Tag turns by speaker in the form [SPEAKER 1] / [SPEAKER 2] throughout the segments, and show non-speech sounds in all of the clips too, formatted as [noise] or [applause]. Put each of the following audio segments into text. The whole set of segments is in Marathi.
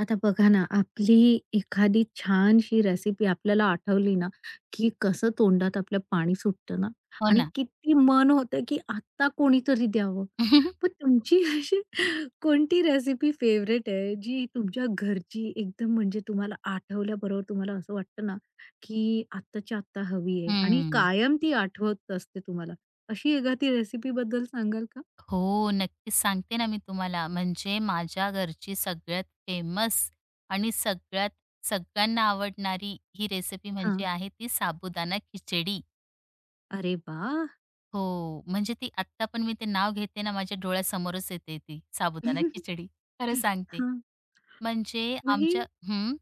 [SPEAKER 1] आता बघा ना, आपली एखादी छानशी रेसिपी आपल्याला आठवली ना, की कसं तोंडात आपल्या पाणी सुटतं ना
[SPEAKER 2] हो
[SPEAKER 1] आणि
[SPEAKER 2] ना.
[SPEAKER 1] किती मन होतं, की आत्ता कोणीतरी द्यावं. मग
[SPEAKER 2] [laughs]
[SPEAKER 1] तुमची [laughs] अशी कोणती रेसिपी फेवरेट आहे, जी तुमच्या घरची एकदम म्हणजे तुम्हाला आठवल्याबरोबर तुम्हाला असं वाटतं ना, की आत्ताच्या आत्ता हवी आहे आणि
[SPEAKER 2] हं.
[SPEAKER 1] कायम ती आठवत असते तुम्हाला? अशी एखादी रेसिपीबद्दल सांगाल का?
[SPEAKER 2] हो, नक्कीच सांगते ना मी तुम्हाला. म्हणजे माझ्या घरची सगळ्यात फेमस आणि सगळ्यांना आवडणारी ही रेसिपी म्हणजे
[SPEAKER 1] हां.
[SPEAKER 2] आहे ती साबुदाणा खिचडी.
[SPEAKER 1] अरे वाह!
[SPEAKER 2] हो, म्हणजे ती आत्ता पण मी ते नाव घेते ना, माझ्या डोळ्यासमोरच येते ती साबुदाणा खिचडी. खरं सांगते.
[SPEAKER 1] हां. [laughs]
[SPEAKER 2] म्हणजे
[SPEAKER 1] मग ही
[SPEAKER 2] आमच्या हं,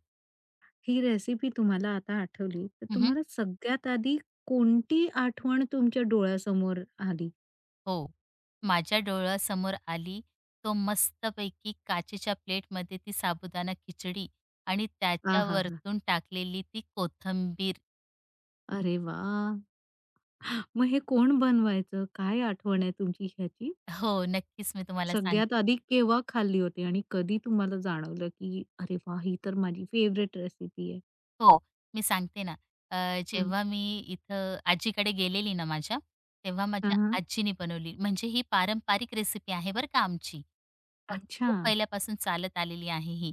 [SPEAKER 1] ही रेसिपी तुम्हाला आता आठवली, तर
[SPEAKER 2] हं.
[SPEAKER 1] तुम्हाला सगळ्यात आधी कोणती आठवण तुमच्या डोळ्यासमोर आली?
[SPEAKER 2] हो. माझ्या डोळ्यासमोर आली. तो मस्तपैकी काचेच्या प्लेटमध्ये ती साबुदाणा खिचडी आणि त्याच्या
[SPEAKER 1] आहाहा!
[SPEAKER 2] वरतून टाकलेली ती कोथिंबीर.
[SPEAKER 1] अरे वाह! मग हे कोण बनवायचं? काय आठवण आहे तुमची ह्याची?
[SPEAKER 2] हो, नक्कीच मी तुम्हाला
[SPEAKER 1] सगळ्यात
[SPEAKER 2] सांगते.
[SPEAKER 1] आधी केव्हा खाल्ली होती आणि कधी तुम्हाला जाणवलं, की "अरे वाह! ही तर माझी फेव्हरेट रेसिपी आहे"?
[SPEAKER 2] हो, मी सांगते ना.
[SPEAKER 1] हं.
[SPEAKER 2] जेव्हा मी इथं आजीकडे गेलेली ना माझ्या, तेव्हा
[SPEAKER 1] हां,
[SPEAKER 2] माझ्या
[SPEAKER 1] हां.
[SPEAKER 2] आजीने बनवली. म्हणजे ही पारंपरिक रेसिपी आहे बरं का आमची. अ,
[SPEAKER 1] अच्छा.
[SPEAKER 2] खूप पहिल्यापासून चालत आलेली आहे ही.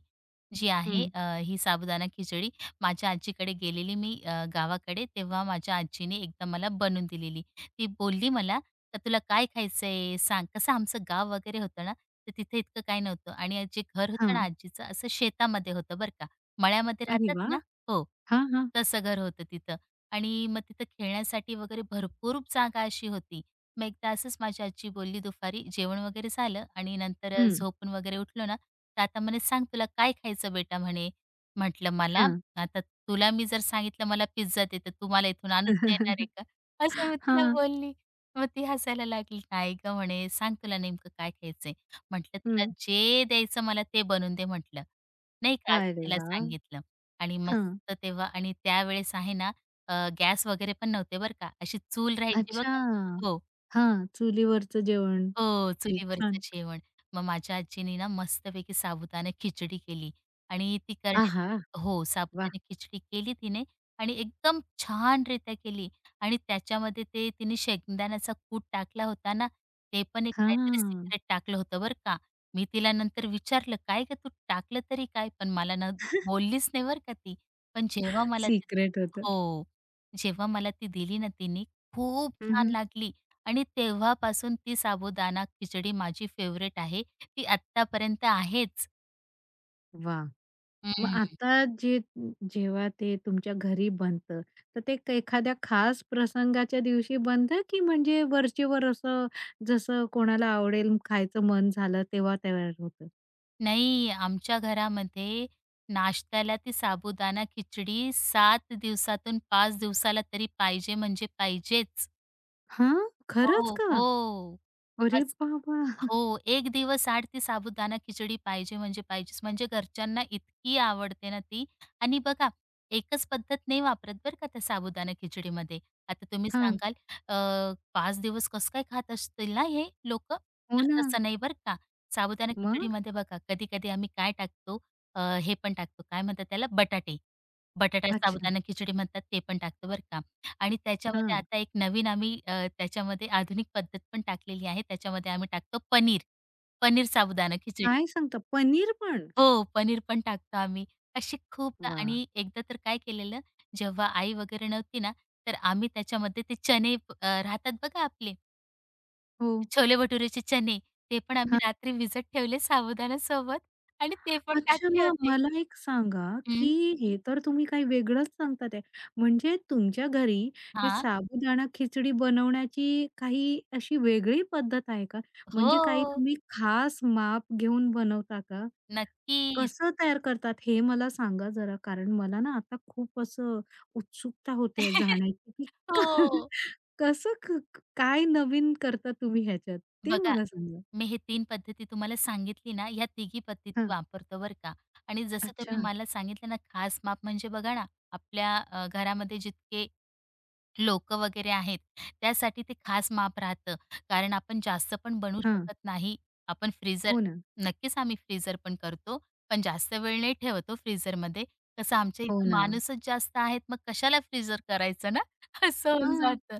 [SPEAKER 2] जी आहे
[SPEAKER 1] हं.
[SPEAKER 2] ही साबुदाणा खिचडी. माझ्या आजीकडे गेलेली मी गावाकडे, तेव्हा माझ्या आजीने एकदा मला बनवून दिलेली. ती बोलली मला, "का तुला काय खायचंय? सांग." कसं आमचं गाव वगैरे होतं ना, तर तिथे इतकं काही नव्हतं आणि जे घर होतं ना
[SPEAKER 1] हां.
[SPEAKER 2] आजीचं, असं शेतामध्ये होतं बरं का. मळ्यामध्ये
[SPEAKER 1] अरे
[SPEAKER 2] राहतात
[SPEAKER 1] वाह!
[SPEAKER 2] ना हो.
[SPEAKER 1] हां, हां.
[SPEAKER 2] तसं घर होतं तिथं आणि मग तिथं खेळण्यासाठी वगैरे भरपूर जागा अशी होती. मग एकदा असंच माझी आजी बोलली दुपारी जेवण वगैरे झालं आणि नंतर
[SPEAKER 1] हं.
[SPEAKER 2] झोपून वगैरे उठलो ना, तर आता म्हणे, "सांग तुला काय खायचं बेटा?" म्हणे. म्हटलं, "मला
[SPEAKER 1] हां.
[SPEAKER 2] आता तुला मी जर सांगितलं मला पिझ्झा दे, तर तू मला इथून
[SPEAKER 1] हां.
[SPEAKER 2] आणून देणार आहे
[SPEAKER 1] [laughs]
[SPEAKER 2] का?" असं मी तिला बोलली. मग ती हसायला लागली. "नाही गं," म्हणे, "सांग तुला नेमकं काय खायचंय?" म्हटलं, "तुला
[SPEAKER 1] हं.
[SPEAKER 2] जे द्यायचं मला ते बनवून दे," म्हटलं. नाही का असं
[SPEAKER 1] अरे
[SPEAKER 2] तिला
[SPEAKER 1] वाह!
[SPEAKER 2] सांगितलं. आणि
[SPEAKER 1] हां.
[SPEAKER 2] मस्त तेव्हा आणि त्यावेळेस आहे ना अ, गॅस वगैरे पण नव्हते बरं का. अशी चूल राहायची
[SPEAKER 1] अच्छा!
[SPEAKER 2] बघा. हो.
[SPEAKER 1] हां, चुलीवरचं जेवण.
[SPEAKER 2] हो,
[SPEAKER 1] खूप
[SPEAKER 2] चुलीवरचं
[SPEAKER 1] छान.
[SPEAKER 2] जेवण. मग माझ्या आजीनी ना मस्तपैकी साबुदाणा खिचडी केली आणि ती
[SPEAKER 1] आहा!
[SPEAKER 2] करण्याची हो,
[SPEAKER 1] वा,
[SPEAKER 2] साबुदाणा खिचडी केली तिने आणि एकदम छानरीत्या केली आणि त्याच्यामध्ये ते तिने शेंगदाण्याचा कूट टाकला होता ना, ते पण एक काहीतरी
[SPEAKER 1] हां,
[SPEAKER 2] सिक्रेट टाकलं होतं बरं का. मी तिला नंतर विचारलं, "काय गं तू टाकलं तरी काय?" पण मला ना बोललीच नाही बरं का ती. पण जेव्हा मला ती
[SPEAKER 1] सिक्रेट होतं.
[SPEAKER 2] हो, जेव्हा मला ती दिली ना तिने, खूप
[SPEAKER 1] हं,
[SPEAKER 2] छान
[SPEAKER 1] हं.
[SPEAKER 2] लागली आणि तेव्हापासून ती साबुदाणा खिचडी माझी फेवरेट आहे. ती आत्तापर्यंत आहेच.
[SPEAKER 1] वाह! मग
[SPEAKER 2] हं.
[SPEAKER 1] आता जे जेव्हा ते तुमच्या घरी बनतं, तर ते एखाद्या खास प्रसंगाच्या दिवशी बनतं, की म्हणजे वरचेवर असं जसं कोणाला आवडेल, खायचं मन झालं तेव्हा तयार होतं?
[SPEAKER 2] नाही, आमच्या घरामध्ये नाश्त्याला ती साबुदाणा खिचडी 7 दिवसातून 5 दिवसाला तरी पाहिजे म्हणजे पाहिजेच.
[SPEAKER 1] हां, खरंच
[SPEAKER 2] हो,
[SPEAKER 1] का?
[SPEAKER 2] हो.
[SPEAKER 1] अरे बाबा!
[SPEAKER 2] हो, एक दिवस आड ती साबुदाणा खिचडी पाहिजे म्हणजे पाहिजेच. म्हणजे घरच्यांना इतकी आवडते ना ती आणि बघा एकच पद्धत नाही वापरत बरं का त्या साबुदाणा खिचडीमध्ये. आता तुम्ही
[SPEAKER 1] हां,
[SPEAKER 2] सांगाल अ, 5 दिवस कसं काय खात असतील ना हे लोकं?
[SPEAKER 1] हो
[SPEAKER 2] तर
[SPEAKER 1] ना.
[SPEAKER 2] तसं नाही बरं का. साबुदाणा
[SPEAKER 1] मग?
[SPEAKER 2] खिचडीमध्ये बघा कधी-कधी आम्ही काय टाकतो हे पण टाकतो काय म्हणतात त्याला बटाटे. बटाटा
[SPEAKER 1] अच्छा.
[SPEAKER 2] साबुदाणा खिचडी म्हणतात ते पण टाकतो बरं का. आणि त्याच्यामध्ये
[SPEAKER 1] हां.
[SPEAKER 2] आता एक नवीन आम्ही त्याच्यामध्ये आधुनिक पद्धत पण टाकलेली आहे. त्याच्यामध्ये आम्ही टाकतो पनीर. पनीर साबुदाणा खिचडी.
[SPEAKER 1] काय सांगता? पनीर पण?
[SPEAKER 2] हो, पनीर पण टाकतो आम्ही. अशी खूप
[SPEAKER 1] वाह!
[SPEAKER 2] आणि एकदा तर काय केलेलं, जेव्हा आई वगैरे नव्हती ना, तर आम्ही त्याच्यामध्ये ते चणे राहतात बघा आपले
[SPEAKER 1] हो.
[SPEAKER 2] छोले भटुरेचे चणे, ते पण आम्ही
[SPEAKER 1] हां.
[SPEAKER 2] रात्री भिजत ठेवले साबुदाण्यासोबत आणि ते पण
[SPEAKER 1] अच्छा,
[SPEAKER 2] टाकले
[SPEAKER 1] मग
[SPEAKER 2] होते.
[SPEAKER 1] मला एक सांगा, की
[SPEAKER 2] हं.
[SPEAKER 1] हे तर तुम्ही काही वेगळंच सांगतात आहे. म्हणजे तुमच्या घरी हे
[SPEAKER 2] हां.
[SPEAKER 1] साबुदाणा खिचडी बनवण्याची काही अशी वेगळी पद्धत आहे का? म्हणजे काही
[SPEAKER 2] हो.
[SPEAKER 1] तुम्ही खास माप घेऊन बनवता का?
[SPEAKER 2] नक्कीच.
[SPEAKER 1] कसं तयार करतात हे मला सांगा जरा, कारण मला ना आता खूप असं उत्सुकता होते
[SPEAKER 2] [laughs]
[SPEAKER 1] जाण्याची, की
[SPEAKER 2] हो.
[SPEAKER 1] [laughs] कसं क क काय नवीन करता तुम्ही ह्याच्यात? ते
[SPEAKER 2] बघा,
[SPEAKER 1] मला सांगा.
[SPEAKER 2] मी हे 3 पद्धती तुम्हाला सांगितली ना, ह्या तिघी पद्धती
[SPEAKER 1] हां.
[SPEAKER 2] वापरतो बरं का. आणि जसं तुम्ही
[SPEAKER 1] अच्छा.
[SPEAKER 2] मला सांगितलं ना, खास माप म्हणजे बघा ना, आपल्या घरामध्ये जितके लोकं वगैरे आहेत, त्यासाठी ते खास माप राहतं. कारण आपण जास्त पण बनवू
[SPEAKER 1] हां.
[SPEAKER 2] शकत नाही. आपण फ्रीजर
[SPEAKER 1] हो ना.
[SPEAKER 2] नक्कीच आम्ही फ्रीझर पण करतो, पण जास्त वेळ नाही ठेवत हो फ्रीझरमध्ये. कसं आमच्या
[SPEAKER 1] हो
[SPEAKER 2] इथं
[SPEAKER 1] ना.
[SPEAKER 2] माणूसच जास्त आहेत, मग कशाला फ्रीझर करायचं ना, [laughs] असं होऊन
[SPEAKER 1] हां.
[SPEAKER 2] जातं.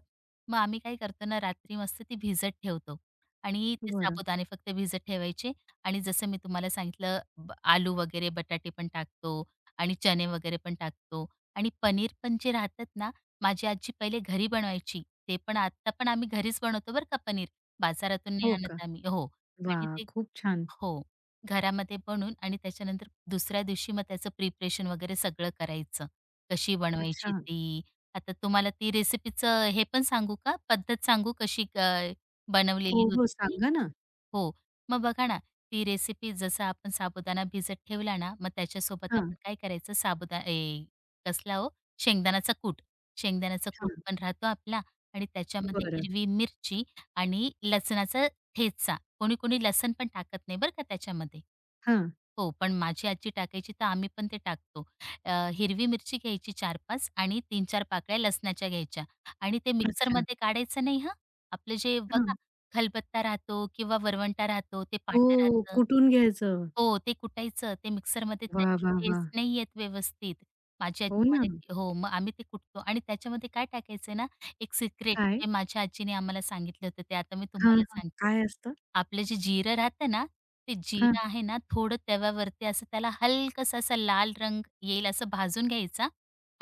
[SPEAKER 2] मग आम्ही काय करतो ना, रात्री मस्त ती भिजत ठेवतो आणि ते
[SPEAKER 1] बरं.
[SPEAKER 2] साबुदाणे फक्त भिजत ठेवायचे आणि जसं मी तुम्हाला सांगितलं, आलू वगैरे, बटाटे पण टाकतो आणि चणे वगैरे पण टाकतो आणि पनीर पण जे राहतात ना माझी आजी पहिले घरी बनवायची. ते पण आता पण आम्ही घरीच बनवतो बरं का पनीर. बाजारातून नाही
[SPEAKER 1] हो का?
[SPEAKER 2] आणत आम्ही. हो. आणि
[SPEAKER 1] वाह!
[SPEAKER 2] ते
[SPEAKER 1] खूप छान.
[SPEAKER 2] हो. घरामध्ये बनवून आणि त्याच्यानंतर दुसऱ्या दिवशी मग त्याचं प्रिपरेशन वगैरे सगळं करायचं. कशी बनवायची
[SPEAKER 1] अच्छा.
[SPEAKER 2] ती. आता तुम्हाला ती रेसिपीचं हे पण सांगू का? पद्धत सांगू कशी बनवलेली
[SPEAKER 1] हो, हो.
[SPEAKER 2] होती ती?
[SPEAKER 1] सांगा ना.
[SPEAKER 2] हो. मग बघा ना, ती रेसिपी जसं आपण साबुदाणा भिजत ठेवला ना, मग त्याच्यासोबत
[SPEAKER 1] हां,
[SPEAKER 2] आपण काय करायचं कसला हो? शेंगदाण्याचा कूट. शेंगदाण्याचा कूट
[SPEAKER 1] हां.
[SPEAKER 2] पण राहतो आपला आणि त्याच्यामध्ये
[SPEAKER 1] बरं.
[SPEAKER 2] हिरवी मिरची आणि लसणाचा ठेचा. कोणी-कोणी लसण पण टाकत नाही बरं का त्याच्यामध्ये.
[SPEAKER 1] हां.
[SPEAKER 2] हो, पण माझी आजी टाकायची तर आम्ही पण ते टाकतो. अ, हिरवी मिरची घ्यायची 4-5 आणि 3-4 पाकळ्या लसणाच्या घ्यायच्या आणि ते
[SPEAKER 1] अच्छा.
[SPEAKER 2] मिक्सरमध्ये काढायचं नाही हां. आपलं जे बघा
[SPEAKER 1] हां.
[SPEAKER 2] खलबत्ता राहतो किंवा वरवंटा राहतो, ते पाटा
[SPEAKER 1] हो,
[SPEAKER 2] राहतं
[SPEAKER 1] कुठून घ्यायचं?
[SPEAKER 2] हो, ते कुटायचं. ते मिक्सरमध्ये
[SPEAKER 1] वाह,
[SPEAKER 2] त्याची
[SPEAKER 1] वाह, वाह!
[SPEAKER 2] टेस्ट नाही येत व्यवस्थित. माझी
[SPEAKER 1] हो
[SPEAKER 2] आजी
[SPEAKER 1] ना.
[SPEAKER 2] म्हणायची हो, मग आम्ही ते कुटतो आणि त्याच्यामध्ये काय टाकायचं ना, एक सिक्रेट
[SPEAKER 1] काय?
[SPEAKER 2] जे माझ्या आजीने आम्हाला सांगितलं होतं, ते आता मी
[SPEAKER 1] हां,
[SPEAKER 2] तुम्हाला
[SPEAKER 1] हां.
[SPEAKER 2] सांगते.
[SPEAKER 1] काय असतं?
[SPEAKER 2] आपलं जे जिरं राहतं ना, ते
[SPEAKER 1] हां,
[SPEAKER 2] जिरं आहे ना थोडं तव्यावरती असं त्याला हलकंसं असा लाल रंग येईल असं भाजून घ्यायचा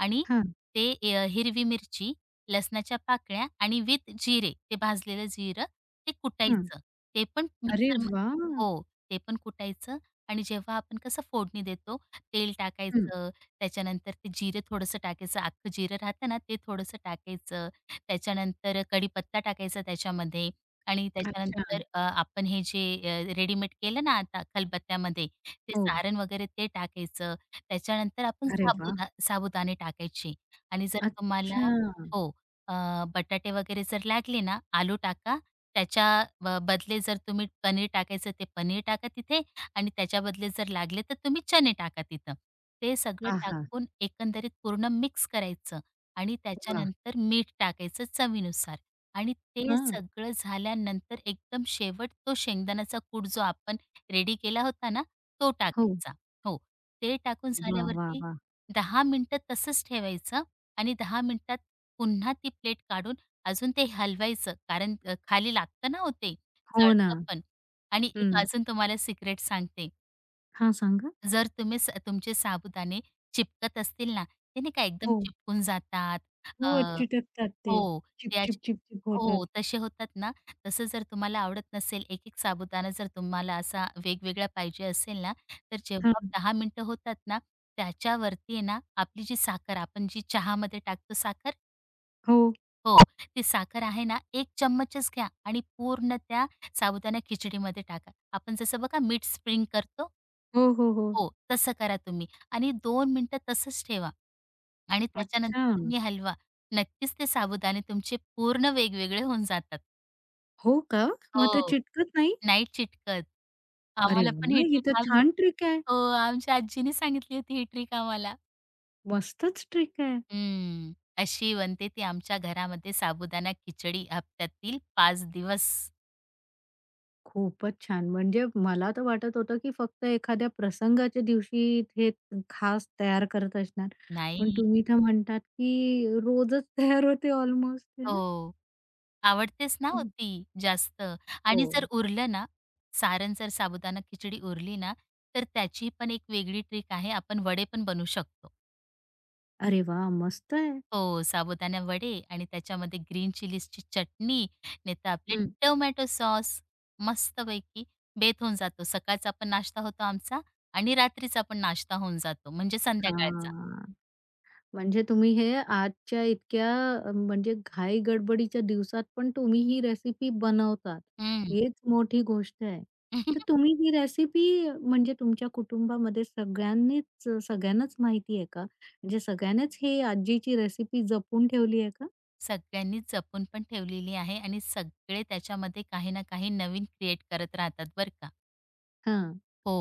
[SPEAKER 2] आणि
[SPEAKER 1] हां,
[SPEAKER 2] ते हिरवी मिरची, लसणाच्या पाकळ्या आणि विथ जिरे, ते भाजलेलं जिरं ते
[SPEAKER 1] हां.
[SPEAKER 2] कुटायचं. ते पण
[SPEAKER 1] अरे
[SPEAKER 2] मिक्सर
[SPEAKER 1] वाह!
[SPEAKER 2] हो, ते पण कुटायचं आणि जेव्हा आपण कसं फोडणी देतो, तेल
[SPEAKER 1] हं.
[SPEAKER 2] टाकायचं, त्याच्यानंतर ते जिरं थोडंसं टाकायचं, अख्खं जिरं राहतं ना, ते थोडंसं टाकायचं, त्याच्यानंतर कढीपत्ता टाकायचा त्याच्यामध्ये आणि
[SPEAKER 1] अच्छा.
[SPEAKER 2] त्याच्यानंतर आपण हे जे रेडीमेड केलं ना आता खलबत्त्यामध्ये, ते
[SPEAKER 1] हो.
[SPEAKER 2] सारण वगैरे ते टाकायचं. त्याच्यानंतर आपण
[SPEAKER 1] अरे वाह!
[SPEAKER 2] साबुदाणे टाकायचे आणि जर तुम्हाला
[SPEAKER 1] अच्छा.
[SPEAKER 2] हो, अ, बटाटे वगैरे जर लागले ना, आलू टाका. त्याच्या बदले जर तुम्ही पनीर टाकायचं ते पनीर टाका तिथे आणि त्याच्या बदले जर लागले तर तुम्ही चणे टाका तिथं. ते सगळं
[SPEAKER 1] आहा!
[SPEAKER 2] टाकून एकंदरीत पूर्ण मिक्स करायचं आणि
[SPEAKER 1] वाह!
[SPEAKER 2] त्याच्यानंतर मीठ टाकायचं चवीनुसार. आणि ते
[SPEAKER 1] हां.
[SPEAKER 2] सगळं झाल्यानंतर एकदम शेवट तो शेंगदाण्याचा कूट जो आपण रेडी केला होता ना, तो
[SPEAKER 1] हो.
[SPEAKER 2] टाकायचा. हो. ते टाकून
[SPEAKER 1] वाह, वाह,
[SPEAKER 2] झाल्यावरती
[SPEAKER 1] वाह!
[SPEAKER 2] 10 मिनिटं तसंच ठेवायचं आणि 10 मिनिटात पुन्हा ती प्लेट काढून अजून ते हलवायचं. कारण खाली लागतं ना
[SPEAKER 1] हो ना.
[SPEAKER 2] जळतं पण. आणि एक
[SPEAKER 1] हं.
[SPEAKER 2] अजून तुम्हाला सिक्रेट सांगते.
[SPEAKER 1] हां, सांगा.
[SPEAKER 2] जर तुम्ही तुमचे साबुदाणे चिपकत असतील ना, ते नाही का एकदम
[SPEAKER 1] हो.
[SPEAKER 2] चिपकून जातात. अ
[SPEAKER 1] हो, चिटकतात ते.
[SPEAKER 2] हो.
[SPEAKER 1] चिप,
[SPEAKER 2] ते अश
[SPEAKER 1] चिप, चिप, चिप होतात.
[SPEAKER 2] हो, तसे होतात ना. तसं जर तुम्हाला आवडत नसेल, एक-एक साबुदाणा जर तुम्हाला असा वेगवेगळा पाहिजे असेल ना, तर जेव्हा
[SPEAKER 1] हां.
[SPEAKER 2] 10 मिनिटं होतात ना, त्याच्यावरती आहे ना, आपली जी साखर आपण जी चहामध्ये टाकतो साखर
[SPEAKER 1] हो.
[SPEAKER 2] हो, ती साखर आहे ना, एक चम्मचच घ्या आणि पूर्ण त्या साबुदाणा खिचडीमध्ये टाका. आपण जसं बघा मीठ स्प्रिंग करतो.
[SPEAKER 1] हो, हो, हो.
[SPEAKER 2] हो, तसं करा तुम्ही आणि 2 मिनिटं तसंच ठेवा आणि त्याच्यानंतर
[SPEAKER 1] अच्छा.
[SPEAKER 2] तुम्ही हलवा. नक्कीच ते साबुदाणे तुमचे पूर्ण वेगवेगळे होऊन जातात.
[SPEAKER 1] हो का? मग ते
[SPEAKER 2] हो,
[SPEAKER 1] चिटकत नाही?
[SPEAKER 2] नाही चिटकत.
[SPEAKER 1] अरे
[SPEAKER 2] आम्हाला पण
[SPEAKER 1] वाह!
[SPEAKER 2] ही
[SPEAKER 1] ही तर
[SPEAKER 2] ट्रिक आम
[SPEAKER 1] छान ट्रिक आहे.
[SPEAKER 2] हो, आमच्या आजीने सांगितली होती ही ट्रिक आम्हाला.
[SPEAKER 1] मस्तच ट्रिक आहे.
[SPEAKER 2] हं, अशी बनते ती आमच्या घरामध्ये साबुदाणा खिचडी हप्त्यातील 5 दिवस.
[SPEAKER 1] खूपच छान. म्हणजे मला तर वाटत होतं, की फक्त एखाद्या प्रसंगाच्या दिवशी हे खास तयार करत असणार. पण
[SPEAKER 2] नाही
[SPEAKER 1] तुम्ही तर म्हणतात, की रोजच [laughs] तयार होते ऑलमोस्ट, है ना?
[SPEAKER 2] हो. आवडतेच ना हो
[SPEAKER 1] हं.
[SPEAKER 2] ती जास्त
[SPEAKER 1] हो.
[SPEAKER 2] आणि जर उरलं ना, सारण जर साबुदाणा खिचडी उरली ना, तर त्याची पण एक वेगळी ट्रिक आहे. आपण वडे पण बनवू शकतो.
[SPEAKER 1] अरे वाह! मस्त आहे.
[SPEAKER 2] हो, साबुदाणा वडे आणि त्याच्यामध्ये ग्रीन चिलीजची चटणी, नाहीतर आपले
[SPEAKER 1] हं.
[SPEAKER 2] टोमॅटो सॉस मस्तपैकी बेत होऊन जातो. सकाळचा पण नाश्ता होतो आमचा आणि रात्रीचा पण नाश्ता होऊन जातो म्हणजे संध्याकाळचा.
[SPEAKER 1] हां. म्हणजे तुम्ही हे आजच्या इतक्या म्हणजे घाई गडबडीच्या दिवसात पण तुम्ही ही रेसिपी बनवतात.
[SPEAKER 2] हं.
[SPEAKER 1] हेच मोठी गोष्ट आहे. तर
[SPEAKER 2] [laughs]
[SPEAKER 1] तुम्ही ही रेसिपी म्हणजे तुमच्या कुटुंबामध्ये सगळ्यांनीच सगळ्यांनाच माहिती आहे का? म्हणजे सगळ्यांनीच ही आजीची रेसिपी जपून ठेवली आहे का?
[SPEAKER 2] सगळ्यांनी जपून पण ठेवलेली आहे आणि सगळे त्याच्यामध्ये काही ना काही नवीन क्रिएट करत राहतात बरं का.
[SPEAKER 1] हां.
[SPEAKER 2] हो.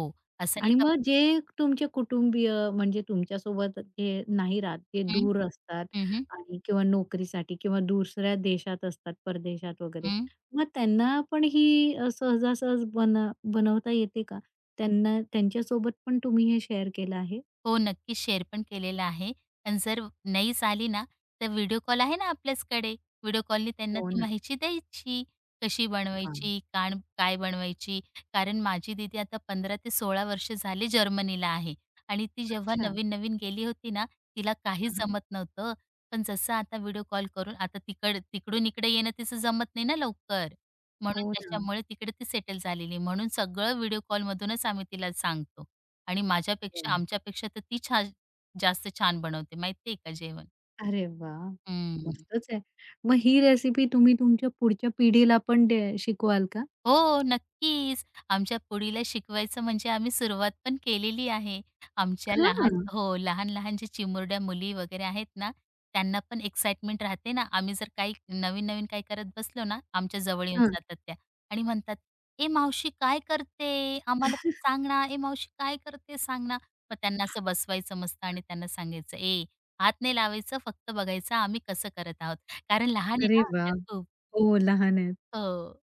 [SPEAKER 2] असं नाही
[SPEAKER 1] आणि
[SPEAKER 2] का
[SPEAKER 1] मग जे तुमचे कुटुंबीय म्हणजे तुमच्यासोबत जे नाही राहत, जे
[SPEAKER 2] हं.
[SPEAKER 1] दूर असतात
[SPEAKER 2] हं, हं.
[SPEAKER 1] आणि किंवा नोकरीसाठी किंवा दुसऱ्या देशात असतात, परदेशात वगैरे,
[SPEAKER 2] हं.
[SPEAKER 1] मग त्यांना पण ही सहजासहज बनवता येते का? त्यांना त्यांच्यासोबत पण तुम्ही हे शेअर केलं आहे?
[SPEAKER 2] हो, नक्कीच शेअर पण केलेला आहे. आणि जर नाहीच आली ना, तर व्हिडिओ कॉल आहे ना आपल्याचकडे. व्हिडिओ कॉलनी त्यांना
[SPEAKER 1] हो
[SPEAKER 2] ती
[SPEAKER 1] ना.
[SPEAKER 2] माहिती द्यायची. कशी
[SPEAKER 1] हां.
[SPEAKER 2] बनवायची, काय बनवायची? कारण माझी दीदी आता 15 ते 16 वर्ष झाली जर्मनीला आहे आणि ती जेव्हा
[SPEAKER 1] अच्छा.
[SPEAKER 2] नवीन-नवीन गेली होती ना, तिला काहीच
[SPEAKER 1] हां, हां.
[SPEAKER 2] जमत नव्हतं. पण जसं आता व्हिडिओ कॉल करून आता तिकडून इकडे येणं तिचं जमत नाही ना लवकर. म्हणून
[SPEAKER 1] हो ना.
[SPEAKER 2] त्याच्यामुळे तिकडे ती सेटल झालेली. म्हणून सगळं व्हिडिओ कॉलमधूनच आम्ही तिला सांगतो. आणि
[SPEAKER 1] हं.
[SPEAKER 2] आमच्यापेक्षा तर ती छान छान बनवते माहिती आहे का जेवण.
[SPEAKER 1] अरे वाह!
[SPEAKER 2] हं.
[SPEAKER 1] मस्तच आहे. मग ही रेसिपी तुम्ही तुमच्या पुढच्या पिढीला पण शिकवाल का?
[SPEAKER 2] हो, नक्कीच. आमच्या पिढीला शिकवायचं म्हणजे आम्ही सुरुवात पण केलेली आहे. आमच्या लहान
[SPEAKER 1] हां.
[SPEAKER 2] हो, लहान-लहान जे चिमुरड्या मुली वगैरे आहेत ना, त्यांना पण एक्साइटमेंट राहते ना, आम्ही जर काही नवीन-नवीन काही करत बसलो ना, आमच्या जवळ येऊन
[SPEAKER 1] हां.
[SPEAKER 2] जातात त्या आणि म्हणतात, "ए मावशी काय करते? आम्हाला पण सांग ना. ए मावशी काय करते? सांग ना." मग त्यांना असं बसवायचं मस्त आणि त्यांना सांगायचं, "ए, हात नाही लावायचं, फक्त बघायचं आम्ही कसं करत आहोत." कारण लहान आहे
[SPEAKER 1] अरे
[SPEAKER 2] ना त्या
[SPEAKER 1] वाह!
[SPEAKER 2] खूप.
[SPEAKER 1] हो, लहान आहेत.
[SPEAKER 2] हो,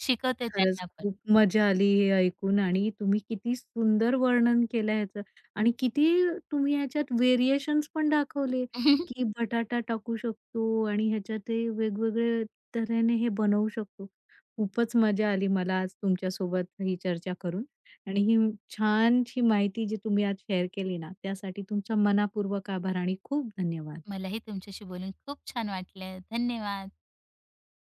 [SPEAKER 2] शिकवते
[SPEAKER 1] खरंच
[SPEAKER 2] त्यांना पण.
[SPEAKER 1] खूप मजा आली हे ऐकून आणि तुम्ही किती सुंदर वर्णन केलं ह्याचं आणि किती तुम्ही ह्याच्यात व्हेरिएशन्स पण दाखवले, की
[SPEAKER 2] [laughs]
[SPEAKER 1] बटाटा टाकू शकतो आणि ह्याच्यात ते वेगवेगळे तऱ्हेने हे बनवू शकतो. खूपच मजा आली मला आज तुमच्यासोबत ही चर्चा करून आणि ही छानशी माहिती जी तुम्ही आज शेअर केली ना, त्यासाठी तुमचा मनापूर्वक आभार आणि खूप धन्यवाद.
[SPEAKER 2] मलाही तुमच्याशी बोलून खूप छान वाटलं. धन्यवाद.